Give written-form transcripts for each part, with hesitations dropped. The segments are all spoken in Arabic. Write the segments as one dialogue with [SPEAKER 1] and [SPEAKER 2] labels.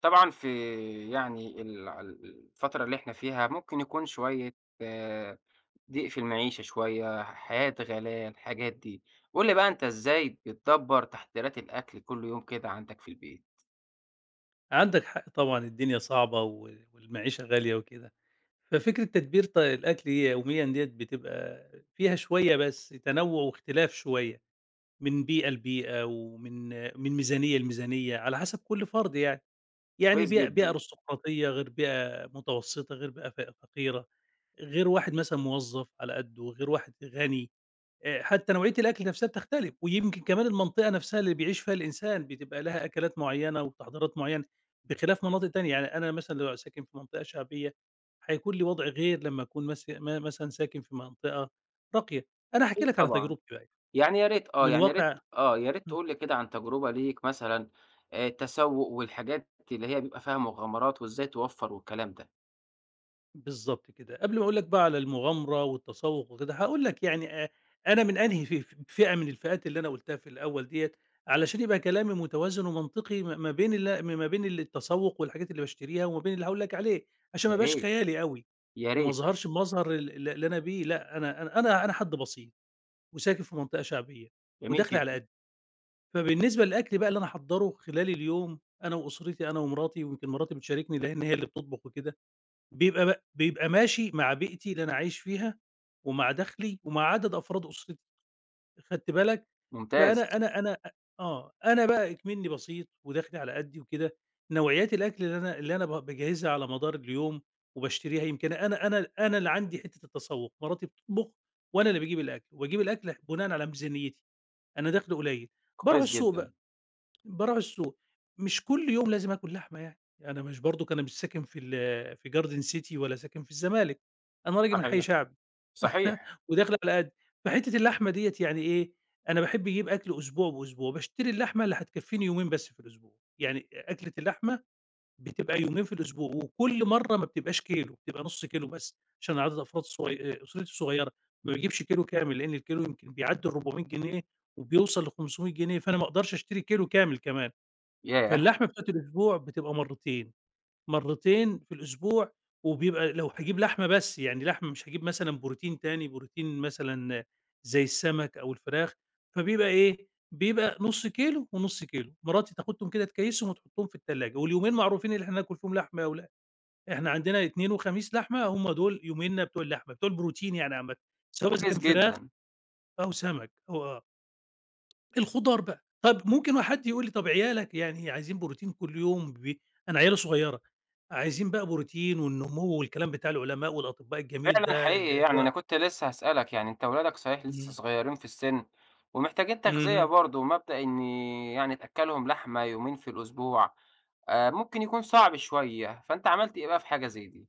[SPEAKER 1] طبعًا في يعني ال الفترة اللي إحنا فيها ممكن يكون شوية آآ، ضيق في المعيشة شوية، حياة غلاء، الحاجات دي. قُل لي بقى أنت إزاي بتدبّر تحضيرات الأكل كل يوم كده عندك في البيت؟
[SPEAKER 2] عندك حق طبعًا الدنيا صعبة و والمعيشة غالية وكده، ففكرة تدبير الأكل يوميًا ديّة بتبقى فيها شوية بس تنوُّع واختلاف شوية، من بيئة لبيئة ومن ميزانية لميزانية على حسب كل فرد يعني، يعني
[SPEAKER 1] كويس
[SPEAKER 2] بيئة
[SPEAKER 1] جدًا.
[SPEAKER 2] أرستقراطية غير بيئة متوسطة غير بيئة فقيرة، غير واحد مثلًا موظف على قدّه، غير واحد غني. حتى نوعية الأكل نفسها بتختلف، ويمكن كمان المنطقة نفسها اللي بيعيش فيها الإنسان بتبقى لها أكلات معيّنة وتحضيرات معيّنة، بخلاف مناطق تانية، يعني أنا مثلًا لو ساكن في منطقة شعبية هيكون لي وضع غير لمّا أكون مس م مثلًا ساكن في منطقة راقية. أنا هاحكي
[SPEAKER 1] أكيد
[SPEAKER 2] لك على
[SPEAKER 1] طبعًا.
[SPEAKER 2] تجربتي بقى يعني من واقع
[SPEAKER 1] يا ريت
[SPEAKER 2] إمم.
[SPEAKER 1] تقول لي كده عن تجربة ليك مثلًا التسوّق والحاجات اللي هي بيبقى فيها مغامرات وإزاي توفّر والكلام ده.
[SPEAKER 2] بالضبط كده. قبل ما أقول لك بقى على المغامرة والتسوّق وكده، هاقول لك يعني أنا من أنهي ف ف فئة من الفئات اللي أنا قُلتها في الأول ديّة، علشان يبقى كلامي متوازن ومنطقي ما بين التسوّق والحاجات اللي باشتريها وما بين اللي هاقول لك عليه، عشان
[SPEAKER 1] يا
[SPEAKER 2] ما ابقاش
[SPEAKER 1] ريت،
[SPEAKER 2] خيالي أوي
[SPEAKER 1] يا
[SPEAKER 2] وما
[SPEAKER 1] ريت.
[SPEAKER 2] اظهرش بمظهر ال ال اللي أنا بيه لأ، أنا حد بسيط وساكن في منطقة شعبية
[SPEAKER 1] جميل
[SPEAKER 2] ودخلي على
[SPEAKER 1] جدًا.
[SPEAKER 2] قدّي. فبالنسبة للأكل بقى اللي أنا هاحضّره خلال اليوم أنا وأسرتي، أنا ومراتي ويمكن مراتي بتشاركني لإن هي اللي بتطبخ وكده. بيبقى ماشي مع بيئتي اللي أنا عايش فيها، ومع دخلي، ومع عدد أفراد أسرتي، خدت بالك؟
[SPEAKER 1] ممتاز.
[SPEAKER 2] فأنا أنا أنا أ آه، أنا بقى إكمنّي بسيط ودخلي على قدّي وكده، نوعيات الأكل اللي أنا باجهزها على مدار اليوم وباشتريها يمكن أنا اللي عندي حتّة التسوّق، مراتي بتطبخ وأنا اللي باجيب الأكل، وباجيب الأكل بناءً على ميزانيتي، أنا دخلي قليل، باروح
[SPEAKER 1] كويس
[SPEAKER 2] السوق
[SPEAKER 1] جدًا.
[SPEAKER 2] بقى. باراعي السوق، مش كل يوم لازم آكل لحمة يعني، أنا مش برضُك أنا مش ساكن في garden city ولا ساكن في الزمالك، أنا راجل من حي
[SPEAKER 1] صحيح،
[SPEAKER 2] شعبي
[SPEAKER 1] صحيح.
[SPEAKER 2] وداخل على قدّي، فحتّة اللحمة ديّة يعني إيه، أنا باحب أجيب أكل أسبوع بأسبوع، باشتري اللحمة اللي هتكفّيني يومين بس في الأسبوع، يعني أكلة اللحمة بتبقى يومين في الأسبوع وكل مرّة ما بتبقاش كيلو، بتبقى نُص كيلو بس، عشان عدد أفراد صغي أسرتي صغيّرة، ما باجيبش كيلو كامل، لإن الكيلو يمكن بيعدّي ال400 جنيه وبيوصل ل500 جنيه، فأنا ما أقدرش أشتري كيلو كامل كمان.
[SPEAKER 1] ياه!
[SPEAKER 2] فاللحمة بتاعة الأسبوع بتبقى مرّتين في الأسبوع وبيبقى لو هاجيب لحمة بس، يعني لحمة مش هاجيب مثلًا بروتين تاني، بروتين مثلًا زي السمك أو الفراخ، فبيبقى إيه، بيبقى نُص كيلو ونُص كيلو، مراتي تاخدهم كده تكيّسهم وتحطهم في التلاجة، واليومين معروفين اللي إحنا هناكل فيهم لحمة أو لأ، إحنا عندنا إتنين وخميس لحمة، هم دول يوميننا بتوع اللحمة، بتوع البروتين يعني عامةً، سواء إذا
[SPEAKER 1] كويس
[SPEAKER 2] كان فراخ
[SPEAKER 1] جدًا.
[SPEAKER 2] أو سمك أو آه. الخضار بقى. طب ممكن حد يقول لي طب عيالك يعني عايزين بروتين كل يوم أنا عيالي صغيرة، عايزين بقى بروتين والنمو والكلام بتاع العلماء والأطباء الجميل
[SPEAKER 1] فعلًا
[SPEAKER 2] ده
[SPEAKER 1] حقيقي
[SPEAKER 2] اللي
[SPEAKER 1] يعني
[SPEAKER 2] هو
[SPEAKER 1] أنا كنت لسه هاسألك، يعني أنت ولادك صحيح لسه
[SPEAKER 2] إمم،
[SPEAKER 1] صغيّرين في السِن ومحتاجين تغذية
[SPEAKER 2] اهم.
[SPEAKER 1] برضه، ومبدأ إن يعني تأكّلهم لحمة يومين في الأسبوع ممكن يكون صعب شوية، فأنت عملت إيه بقى في حاجة زي دي؟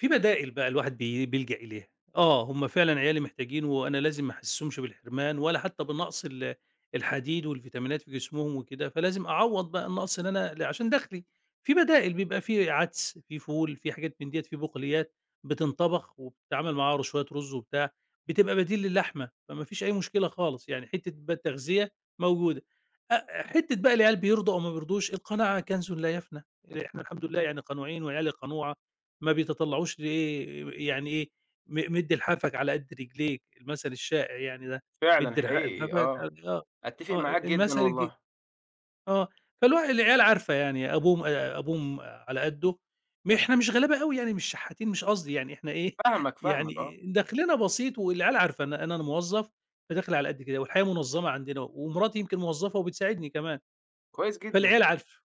[SPEAKER 2] في بدائل بقى الواحد بيلجأ إليها. آه، هم فعلًا عيالي محتاجين وأنا لازم ما أحسّسهمش بالحرمان ولا حتى بنقص الحديد والفيتامينات في جسمهم وكده، فلازم أعوّض بقى النقص اللي أنا عشان دخلي. في بدائل بيبقى في عدس، في فول، في حاجات من ديّة، في بقوليات بتنطبخ وبتتعمل معاها شوية رز وبتاع، بتبقى بديل للحمة، فما فيش أي مشكلة خالص، يعني حتّة بقى التغذية موجودة. حتّة بقى العيال بيرضوا أو ما بيرضوش، القناعة كنز لا يفنى، إحنا الحمد لله يعني قنوعين وعيالي قنوعة، ما بيتطلّعوش لإيه يعني إيه، مِد لحافك على قد رجليك، المثل الشائع يعني ده،
[SPEAKER 1] فعلًا
[SPEAKER 2] مِد لح
[SPEAKER 1] حقيقي
[SPEAKER 2] لحافك
[SPEAKER 1] آه.
[SPEAKER 2] على آه،
[SPEAKER 1] أتّفق
[SPEAKER 2] آه، أ
[SPEAKER 1] معاك جدًا
[SPEAKER 2] المثل الج
[SPEAKER 1] والله.
[SPEAKER 2] آه، فالواح العيال عارفة يعني أبوهم على قدُّه، إحنا مش غلابة أوي يعني، مش شحاتين، مش قصدي يعني إحنا إيه،
[SPEAKER 1] فاهمك، فاهمك آه.
[SPEAKER 2] يعني دخلنا بسيط والعيال عارفة إن أنا موظّف، فداخل على قد كده، والحياة منظّمة عندنا، ومراتي يمكن موظّفة وبتساعدني كمان،
[SPEAKER 1] كويس جدًا.
[SPEAKER 2] فالعيال عارفة،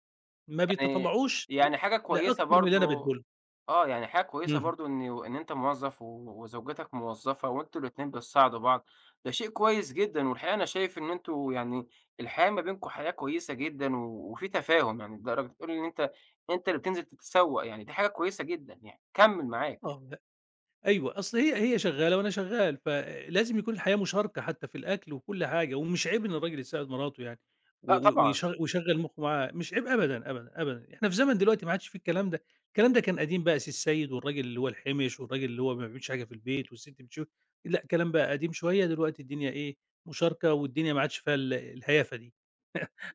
[SPEAKER 2] ما
[SPEAKER 1] يعني
[SPEAKER 2] بيتطلّعوش
[SPEAKER 1] يعني حاجة كويسة
[SPEAKER 2] لأكتر من اللي أنا بادّيه
[SPEAKER 1] برضه
[SPEAKER 2] لهم
[SPEAKER 1] آه. يعني حاجة كويسة
[SPEAKER 2] اهم،
[SPEAKER 1] برضه إن أنت موظّف وزوجتك موظّفة وأنتم الاتنين بتساعدوا بعض. ده شيء كويس جدًا، والحقيقة أنا شايف إن أنتم يعني الحياة ما بينكم حياة كويسة جدًا وفي تفاهم، يعني لدرجة بتقول إن أنت اللي بتنزل تتسوّق، يعني دي حاجة كويسة جدًا يعني، كمّل معاك.
[SPEAKER 2] آه. أيوه، أصل هي شغّالة وأنا شغّال، فلازم يكون الحياة مشاركة حتى في الأكل وكل حاجة، ومش عيب إن الراجل يساعد مراته يعني، و
[SPEAKER 1] لأ
[SPEAKER 2] و
[SPEAKER 1] طبعًا.
[SPEAKER 2] ويش ويشغّل مخّه معاها، مش عيب أبدًا، أبدًا، أبدًا، إحنا في زمن دلوقتي ما عادش في الكلام ده، الكلام ده كان قديم بقى، سي السيد والراجل اللي هو الحِمِش والراجل اللي هو ما بيعملش حاجة في البيت والست لأ، كلام بقى قديم شوية، دلوقتي الدنيا إيه، مشاركة والدنيا ما عادش فيها الهيافة دي،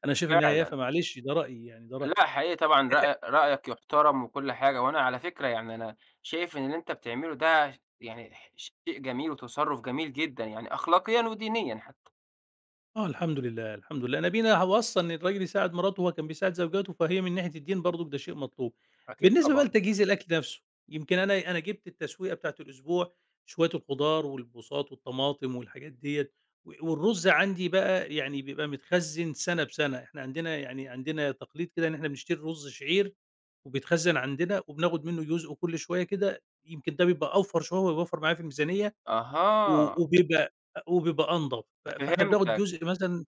[SPEAKER 2] أنا شايف إنها
[SPEAKER 1] فعلًا.
[SPEAKER 2] هيافة معلش ده رأيي يعني، ده رأيي.
[SPEAKER 1] لأ حقيقي طبعًا رأيك يُحترم وكل حاجة، وأنا على فكرة يعني أنا شايف إن اللي أنت بتعمله ده ش يعني ح شيء جميل وتصرُّف جميل جدًا يعني أخلاقيًا ودينيًا حتّى.
[SPEAKER 2] آه، الحمد لله، الحمد لله. نبينا هو أصلًا الراجل يساعد مراته وهو كان بيساعد زوجاته، فهي من ناحية الدين برضُك ده شيء مطلوب.
[SPEAKER 1] أكيد
[SPEAKER 2] بالنسبة بقى
[SPEAKER 1] طبعًا.
[SPEAKER 2] لتجهيز الأكل نفسه، يمكن أنا جِبت التسوية بتاعة الأسبوع، شوية الخضار والبُساط والطماطم والحاجات ديّة، والرُز عندي بقى يعني بيبقى متخزّن سَنة بسَنة، إحنا عندنا تقليد كده إن إحنا بنشتري رُز شعير وبيتخزّن عندنا وبناخد منه جزء كل شوية كده، يمكن ده بيبقى أوفر شوية وبيوفّر معايا في الميزانية و
[SPEAKER 1] أها،
[SPEAKER 2] وبيبقى أ وبيبقى أنضف. فإحنا بناخد
[SPEAKER 1] فهمتك.
[SPEAKER 2] جزء مثلًا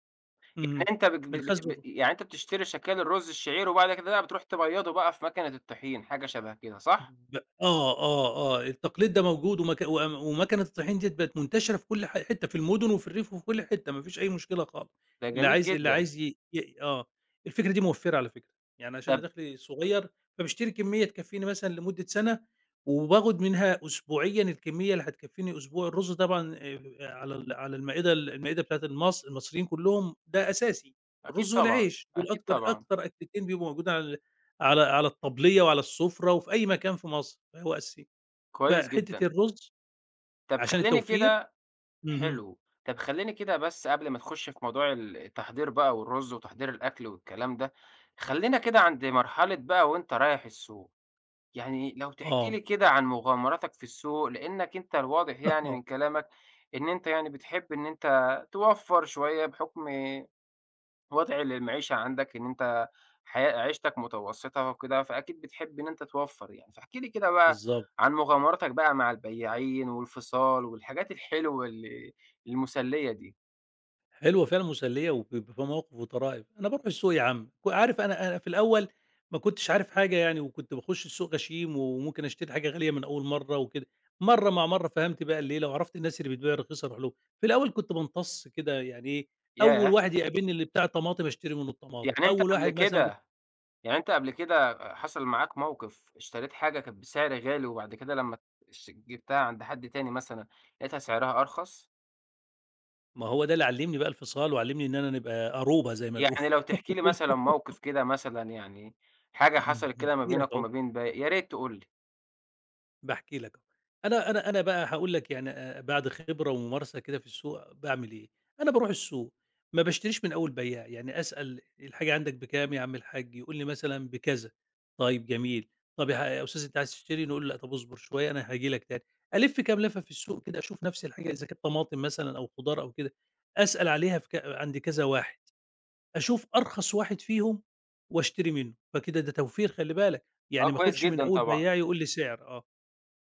[SPEAKER 2] اهم.
[SPEAKER 1] يعني أنت بت
[SPEAKER 2] من
[SPEAKER 1] بت ب
[SPEAKER 2] خزُّق
[SPEAKER 1] يعني أنت بتشتري شكال الرز الشعير وبعد كده بقى بتروح تبيّضه بقى في ماكينة الطحين، حاجة شبه كده صح؟
[SPEAKER 2] ب آه، آه. التقليد ده موجود ومكنة الطحين ديّة بقت منتشرة في كل حتّة، في المُدن وفي الريف وفي كل حتّة، ما فيش أي مشكلة خالص.
[SPEAKER 1] ده
[SPEAKER 2] اللي
[SPEAKER 1] جميل
[SPEAKER 2] عايز اللي
[SPEAKER 1] جدًا.
[SPEAKER 2] عايز ي ي آه. الفكرة دي موفّرة على فكرة. يعني عشان
[SPEAKER 1] طب
[SPEAKER 2] أنا دخلي صغير، فباشتري كمّية تكفّيني مثلًا لمدة سَنة وباخُد منها أسبوعيًا الكمّية اللي هتكفّيني أسبوع. الرُز طبعًا على المائدة بتاعة المصريين كُلّهم ده أساسي.
[SPEAKER 1] أكيد
[SPEAKER 2] الرُز
[SPEAKER 1] طبعًا،
[SPEAKER 2] والعيش، دول
[SPEAKER 1] أكيد
[SPEAKER 2] أكتر
[SPEAKER 1] طبعًا.
[SPEAKER 2] أكتر أكلتين بيبقوا موجودين على الطبلية وعلى السُفرة وفي أي مكان في مصر، فهو أساسي.
[SPEAKER 1] كويس
[SPEAKER 2] فحتّة
[SPEAKER 1] جدًا.
[SPEAKER 2] الرُز
[SPEAKER 1] طب
[SPEAKER 2] عشان
[SPEAKER 1] خلّيني
[SPEAKER 2] التوفير
[SPEAKER 1] كده
[SPEAKER 2] اهم.
[SPEAKER 1] حلو. طب خلّيني كده بس قبل ما تخُش في موضوع التحضير بقى والرز وتحضير الأكل والكلام ده، خلّينا كده عند مرحلة بقى وأنت رايح السوق. يعني لو تحكي لي
[SPEAKER 2] آه،
[SPEAKER 1] كده عن مغامراتك في السوق، لإنك أنت الواضح يعني
[SPEAKER 2] آه،
[SPEAKER 1] من كلامك إن أنت يعني بتحب إن أنت توفّر شوية بحكم وضع المعيشة عندك، إن أنت حياة عيشتك متوسطة وكده، فأكيد بتحب إن أنت توفّر يعني، فاحكِ لي كده بقى
[SPEAKER 2] بالضبط.
[SPEAKER 1] عن مغامراتك بقى مع البياعين والفصال والحاجات الحلوة المسلية دي.
[SPEAKER 2] حلوة فعلًا مسلية وبيبقى فيها مواقف وطرائف. أنا باروح السوق يا عم، عارف أنا في الأول ما كنتش عارف حاجة يعني وكنت باخُش السوق غشيم وممكن أشتري حاجة غالية من أول مرّة وكده، مرّة مع مرّة فهمت بقى الليلة وعرفت الناس اللي بتبيع رخيصة أروح لهم. في الأول كنت بامتص كده يعني إيه، أول
[SPEAKER 1] ياه!
[SPEAKER 2] واحد يقابلني اللي بتاع طماطم أشتري منّه الطماطم،
[SPEAKER 1] يعني أنت
[SPEAKER 2] أول
[SPEAKER 1] قبل
[SPEAKER 2] واحد مثلًا
[SPEAKER 1] كده يعني أنت قبل كده حصل معاك موقف اشتريت حاجة كانت بسعر غالي وبعد كده لمّا جِبتها عند حد تاني مثلًا لقيتها سعرها أرخص؟
[SPEAKER 2] ما هو ده اللي علّمني بقى الفصال، وعلّمني إن أنا نبقى أروبة زي ما
[SPEAKER 1] يعني لو تحكي لي مثلًا
[SPEAKER 2] بيقولوا
[SPEAKER 1] موقف كده مثلًا يعني حاجة حصلت كده ما
[SPEAKER 2] باحكي لك
[SPEAKER 1] بينك وما
[SPEAKER 2] أهو،
[SPEAKER 1] بين يا ريت تقول لي.
[SPEAKER 2] باحكي لك أهو. أنا بقى هاقول لك يعني بعد خبرة وممارسة كده في السوق باعمل إيه، أنا باروح السوق ما باشتريش من أول بيّاع، يعني أسأل الحاجة عندك بكام يا عم الحاج؟ يقول لي مثلًا بكذا، طيب جميل، طب يا أستاذ أنت عايز تشتري؟ نقول له لأ طب اصبر شوية أنا هاجي لك تاني، ألِف كام لفة في السوق كده أشوف نفس الحاجة إذا كانت طماطم مثلًا أو خضار أو كده، أسأل عليها في ك عند كذا واحد. أشوف أرخص واحد فيهم واشتري منّه، فكده ده توفير خلّي بالك،
[SPEAKER 1] آه
[SPEAKER 2] يعني ما
[SPEAKER 1] كويس
[SPEAKER 2] آخُدش من
[SPEAKER 1] جدًا
[SPEAKER 2] أول
[SPEAKER 1] طبعًا.
[SPEAKER 2] بيّاع يقول لي سعر،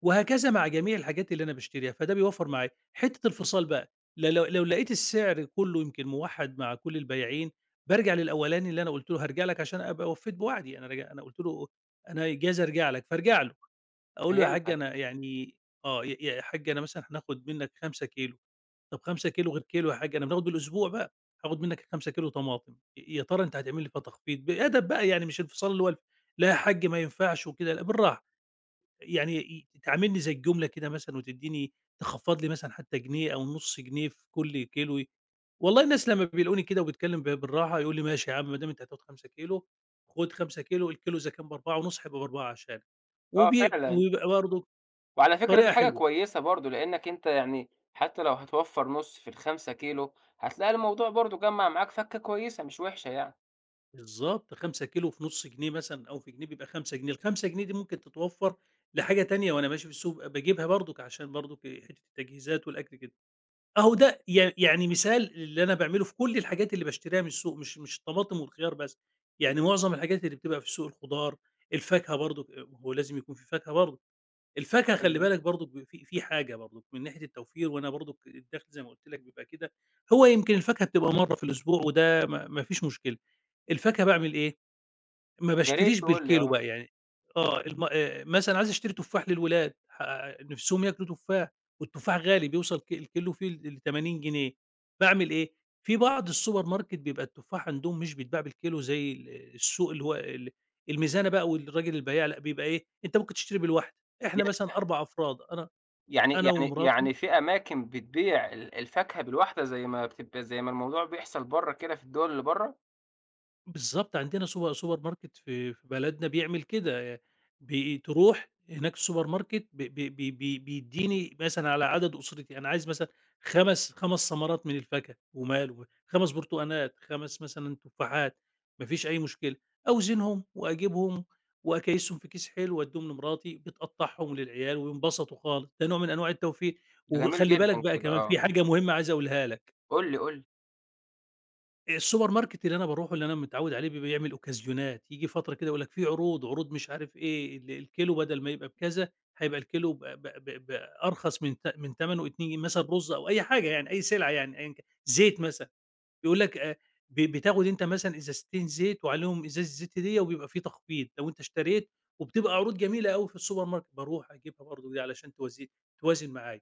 [SPEAKER 2] وهكذا مع جميع الحاجات اللي أنا باشتريها، فده بيوفّر معايا. حتّة الفصال بقى، ل لو لو لقيت السعر كلّه يمكن موحّد مع كل البياعين، بارجع للأولاني اللي أنا قُلت له هارجع لك عشان أبقى وفّيت بوعدي، أنا قُلت له أنا جايز أرجع لك، فارجع له، أقول له: "يا حاج
[SPEAKER 1] فهمتك.
[SPEAKER 2] أنا يعني" آه، يا حاج أنا مثلًا هناخُد منّك 5 كيلو." طب 5 كيلو غير كيلو يا حاج، أنا بناخد بالأسبوع بقى، هاخد منّك ال5 كيلو طماطم، يا ترى أنت هتعمل لي فيها تخفيض؟ بأدب بقى يعني مش انفصال اللي هو لا يا حاج ما ينفعش وكده، لأ بالراحة، يعني تعاملني زي الجملة كده مثلًا وتدّيني تخفّض لي مثلًا حتى جنيه أو نُص جنيه في كل كيلو، والله الناس لمّا بيلاقوني كده وباتكلم بالراحة يقول لي: "ماشي يا عم ما دام أنت هتاخد 5 كيلو خُد 5 كيلو الكيلو إذا كان ب4 ونُص هيبقى ب4 عشانك."
[SPEAKER 1] آه
[SPEAKER 2] وبي
[SPEAKER 1] فعلًا.
[SPEAKER 2] وبيبقى برضه
[SPEAKER 1] وعلى فكرة دي
[SPEAKER 2] طريقة
[SPEAKER 1] حاجة
[SPEAKER 2] حلوة.
[SPEAKER 1] كويسة برضه لإنك أنت يعني حتى لو هتوفّر نُص في ال5 كيلو هتلاقي الموضوع برضه جمّع معاك فَكّة كويسة مش وحشة يعني.
[SPEAKER 2] بالضبط، 5 كيلو في نُص جنيه مثلًا أو في جنيه بيبقى 5 جنيه، ال5 جنيه دي ممكن تتوفّر لحاجة تانية وأنا ماشي في السوق باجيبها برضُك عشان برضُك حتّة التجهيزات والأكل كده. أهو ده يعني مثال اللي أنا باعمله في كل الحاجات اللي باشتريها من السوق، مش الطماطم والخيار بس، يعني معظم الحاجات اللي بتبقى في السوق الخضار، الفاكهة برضُك، ما هو لازم يكون في فاكهة برضه، الفاكهة خلّي
[SPEAKER 1] فعلاً.
[SPEAKER 2] بالك برضُك ب في في حاجة برضُك من ناحية التوفير، وأنا برضُك الدَخْل زي ما قُلت لك بيبقى كده، هو يمكن الفاكهة بتبقى مرّة في الأسبوع وده ما فيش مشكلة، الفاكهة باعمل إيه؟ ما
[SPEAKER 1] يا ريت
[SPEAKER 2] باشتريش
[SPEAKER 1] تقول لي
[SPEAKER 2] بالكيلو
[SPEAKER 1] آه.
[SPEAKER 2] بقى يعني. آه، الم مثلًا عايز أشتري تفاح للولاد، نِفسهم ياكلوا تفاح والتفاح غالي، بيوصل الكيلو فيه ل80 جنيه، باعمل إيه، في بعض السوبر ماركت بيبقى التفاح عندهم مش بيتباع بالكيلو زي السوق اللي هو الميزانة بقى والراجل البياع. لأ، بيبقى إيه، أنت ممكن تشتري بالواحدة، إحنا مثلًا 4 أفراد، أنا
[SPEAKER 1] يعني
[SPEAKER 2] أنا
[SPEAKER 1] يعني
[SPEAKER 2] ومراتي.
[SPEAKER 1] يعني في أماكن بتبيع الفاكهة بالواحدة زي ما الموضوع بيحصل برّه كده في الدول اللي برّه؟
[SPEAKER 2] بالضبط، عندنا سوبر ماركت في بلدنا بيعمل كده، بي تروح هناك السوبر ماركت ب ب ب بي بيدّيني مثلًا على عدد أسرتي، أنا عايز مثلًا 5- 5 ثمرات من الفاكهة وماله، 5 برتقانات، 5 مثلًا تفاحات، ما فيش أي مشكلة، أوزنهم وأجيبهم وأكيّسهم في كيس حلو وأدّيهم لمراتي، بتقطّعهم للعيال وينبسطوا خالص، ده نوع من أنواع التوفير.
[SPEAKER 1] ده جميل
[SPEAKER 2] وخلّي بالك
[SPEAKER 1] جدًا
[SPEAKER 2] بقى
[SPEAKER 1] كده
[SPEAKER 2] كمان
[SPEAKER 1] آه.
[SPEAKER 2] في حاجة مهمة عايز أقولها لك.
[SPEAKER 1] قُل لي، قُل لي.
[SPEAKER 2] السوبر ماركت اللي أنا باروحه اللي أنا متعوّد عليه بيبقى يعمل أوكازيونات، ييجي فترة كده يقول لك في عروض، عروض مش عارف إيه، الكيلو بدل ما يبقى بكذا، هيبقى الكيلو ب ب ب بأرخص من تمنه اتنين جنيه مثلًا، رُز أو أي حاجة يعني، أي سلعة يعني أيًا كان، زيت مثلًا، يقول لك ب بتاخد أنت مثلًا إزازتين زيت وعليهم إزازة زيت ديّة وبيبقى في تخفيض لو أنت اشتريت، وبتبقى عروض جميلة أوي في السوبر ماركت، باروح أجيبها برضه دي علشان توازن معايا.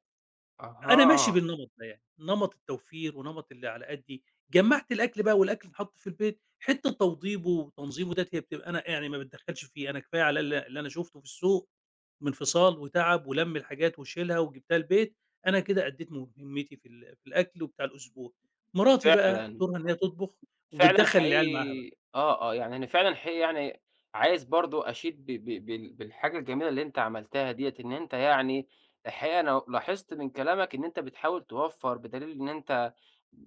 [SPEAKER 2] أنا ماشي
[SPEAKER 1] أها،
[SPEAKER 2] بالنمط ده يعني، نمط التوفير ونمط اللي على قدّي، جمّعت الأكل بقى والأكل اتحط في البيت، حتّة توضيبه وتنظيمه ديّة هي بتبقى أنا يعني ما باتدخّلش فيه، أنا كفاية عليّا اللي أنا شُفته في السوق من فِصال وتعب ولَم الحاجات وشيلها وجِبتها البيت، أنا كده أدّيت مهمتي في ال في الأكل وبتاع الأسبوع. مراتي بقى
[SPEAKER 1] فعلًا،
[SPEAKER 2] دورها إن هي تطبخ
[SPEAKER 1] فعلًا
[SPEAKER 2] وبتدخّل العيال معاها بقى،
[SPEAKER 1] حقيقي آه، آه، يعني أنا فعلًا حقيقي يعني عايز برضه أشيد ب ب بال بالحاجة الجميلة اللي أنت عملتها ديّة، إن أنت يعني الحقيقة أنا لاحظت من كلامك إن أنت بتحاول توفّر بدليل إن أنت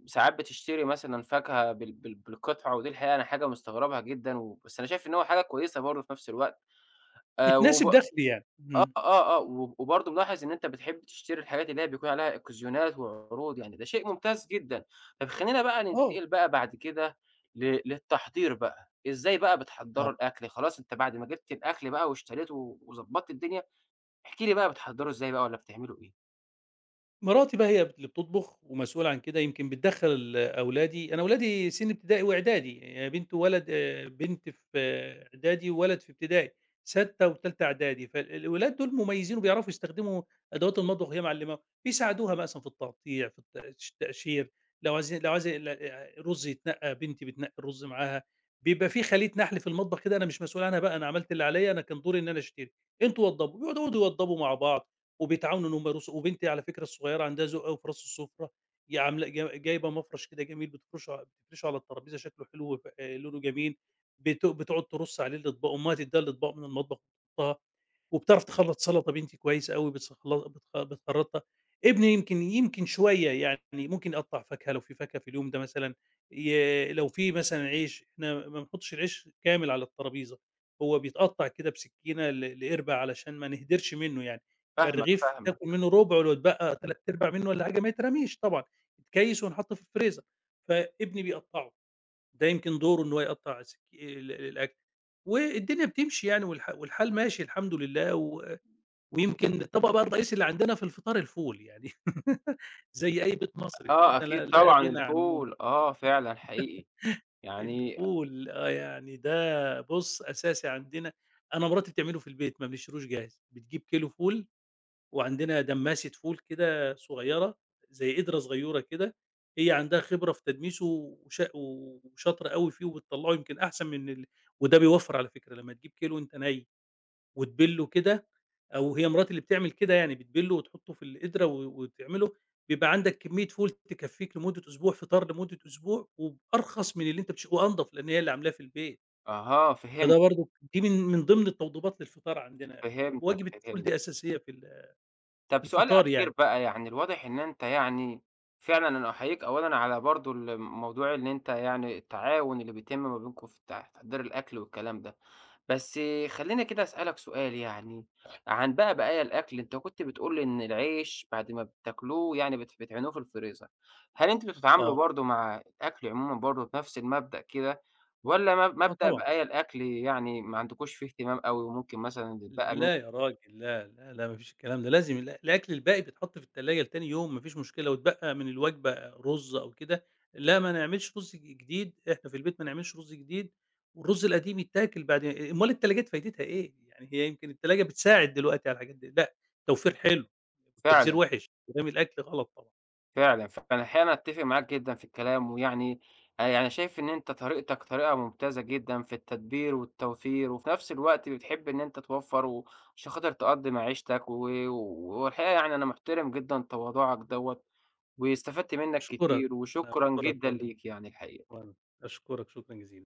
[SPEAKER 1] ساعات بتشتري مثلًا فاكهة بالقطعة، ودي الحقيقة أنا حاجة مستغربها جدًا، و بس أنا شايف إن هو حاجة كويسة برضه في نفس الوقت،
[SPEAKER 2] تناسب
[SPEAKER 1] وب
[SPEAKER 2] دخلي يعني.
[SPEAKER 1] آه،
[SPEAKER 2] إمم.
[SPEAKER 1] آه، آه، وبرضه ملاحظ إن أنت بتحب تشتري الحاجات اللي هي بيكون عليها إكسيونات وعروض، يعني ده شيء ممتاز جدًا. طب خلّينا بقى
[SPEAKER 2] آه.
[SPEAKER 1] ننتقل بقى بعد كده للتحضير بقى، إزاي بقى
[SPEAKER 2] آه.
[SPEAKER 1] بتحضّروا الأكل؟ خلاص أنت بعد ما جِبت الأكل بقى واشتريته وضبّطت الدنيا، احكِ لي بقى بتحضّروا إزاي بقى والّا بتعملوا إيه؟
[SPEAKER 2] مراتي بقى هي اللي بتطبخ ومسؤولة عن كده، يمكن بتدخّل أولادي. أنا أولادي سِن ابتدائي وإعدادي، هي بنت وولد، بنت في إعدادي وولد في ابتدائي، سادسة وتالتة إعدادي، فالولاد دول مميزين وبيعرفوا يستخدموا أدوات المطبخ، وهي معلماهم، بيساعدوها مثلًا في التقطيع، في التقشير، لو عايزة رُز يتنقّى، بنتي بتنقّي الرُز معاها، بيبقى في خلية نحل في المطبخ كده، أنا مش مسؤول عنها بقى، أنا عملت اللي عليّا، أنا كان دوري إن أنا أشتري، أنتم وضّبوا، بيقعدوا يوضّبوا مع بعض. وبيتعاونوا إن هم يرقصوا، وبنتي على فكرة الصغيّرة عندها ذوق أوي في رص السفرة، هي عاملة، جايبة مفرش كده جميل بتفرشه على الترابيزة شكله حلو، وف آه، لونه جميل، بتقعد ترص عليه الأطباق، أمها تدّيها الأطباق من المطبخ وتحطها، وبتعرف تخلّط سَلطة، بنتي كويس أوي بتسخل بتخ بتخرّطها، ابني يمكن شوية يعني، ممكن يقطّع فاكهة لو في فاكهة في اليوم ده مثلًا، لو في مثلًا عيش، إحنا ما بنحطش العيش كامل على الترابيزة، هو بيتقطّع كده بسكينة لقِربة علشان ما نهدرش منه يعني. يبقى
[SPEAKER 1] فاهمك،
[SPEAKER 2] الرغيف
[SPEAKER 1] فاهمك.
[SPEAKER 2] تاكل منه ربعه، لو اتبقى 3/4 منه والّا حاجة ما يترميش طبعًا، يتكيّس وينحط في الفريزر، فابني بيقطّعه، ده يمكن دوره إن هو يقطّع الأكل، والدنيا بتمشي يعني، والحال ماشي الحمد لله، و ويمكن الطبق بقى الرئيسي اللي عندنا في الفطار الفول يعني زي أي بيت مصري، الفول
[SPEAKER 1] آه،
[SPEAKER 2] ده
[SPEAKER 1] أكيد
[SPEAKER 2] لا
[SPEAKER 1] طبعًا
[SPEAKER 2] غنى عنه،
[SPEAKER 1] الفول، آه فعلًا حقيقي. يعني
[SPEAKER 2] الفول آه يعني ده بُص أساسي عندنا، أنا مراتي بتعمله في البيت، ما بنشتروش جاهز، بتجيب كيلو فول وعندنا دمّاسة فول كده صغيّرة، زي قدرة صغيّرة كده، هي عندها خبرة في تدميسه، وشاطرة أوي فيه وبتطلّعه يمكن أحسن من ال. وده بيوفّر على فكرة، لمّا تجيب كيلو أنت وتبِلّه كده، أو هي مراتي اللي بتعمل كده يعني، بتبِلّه وتحطّه في القدرة وتعمله، بيبقى عندك كمية فول تكفّيك لمدة أسبوع، فطار لمدة أسبوع وبأرخص من اللي أنت وأنضف، لإن هي اللي عاملاه في البيت.
[SPEAKER 1] أها، فهمت،
[SPEAKER 2] فده برضه دي من ضمن التوضيبات للفطار عندنا،
[SPEAKER 1] فهمتك،
[SPEAKER 2] وجبة الفول
[SPEAKER 1] فهمت.
[SPEAKER 2] دي أساسية في ال في
[SPEAKER 1] طب سؤال
[SPEAKER 2] الفطار
[SPEAKER 1] أخير
[SPEAKER 2] يعني،
[SPEAKER 1] بقى، يعني الواضح إن أنت يعني فعلًا أنا أحييك أولًا على برضه موضوع إن أنت يعني التعاون اللي بيتم ما بينكم في تحضير الأكل والكلام ده. بس خلّيني كده أسألك سؤال يعني، عن بقى بقايا الأكل، أنت كنت بتقول لي إن العيش بعد ما بتاكلوه يعني بتعينوه في الفريزر. هل أنتم بتتعاملوا
[SPEAKER 2] آه.
[SPEAKER 1] برضه مع الأكل عمومًا برضه بنفس المبدأ كده والّا مب
[SPEAKER 2] آه
[SPEAKER 1] مبدأ
[SPEAKER 2] طبعًا،
[SPEAKER 1] بقايا الأكل يعني ما عندكوش فيه اهتمام أوي وممكن مثلًا يتبقى
[SPEAKER 2] لا يا راجل، لا، لا، لا ما فيش الكلام ده، لازم الأكل الباقي بيتحط في التلاجة لتاني يوم، ما فيش مشكلة، واتبقى من الوجبة رُز أو كده، لا ما نعملش رُز جديد، إحنا في البيت ما نعملش رُز جديد، والرُز القديم يتاكل بعد، أمّال التلاجات فايدتها إيه؟ يعني هي يمكن التلاجة بتساعد دلوقتي على الحاجات دي، لأ، توفير حلو، والتبذير
[SPEAKER 1] فعلًا،
[SPEAKER 2] وِحِش، رمي الأكل غلط طبعًا.
[SPEAKER 1] فعلًا، فأنا أحيانًا أتّفق معاك جدًا في الكلام، ويعني أنا يعني شايف إن أنت طريقتك طريقة ممتازة جدًا في التدبير والتوفير، وفي نفس الوقت بتحب إن أنت توفّر و عشان خاطر تقضّي معيشتك والحقيقة يعني أنا محترم جدًا تواضعك دوّة، واستفدت منّك
[SPEAKER 2] أشكرك،
[SPEAKER 1] كتير
[SPEAKER 2] أنا
[SPEAKER 1] وشكرًا
[SPEAKER 2] أشكرك
[SPEAKER 1] جدًا
[SPEAKER 2] والله،
[SPEAKER 1] ليك يعني الحقيقة.
[SPEAKER 2] وأنا أشكرك شكرًا جزيلًا.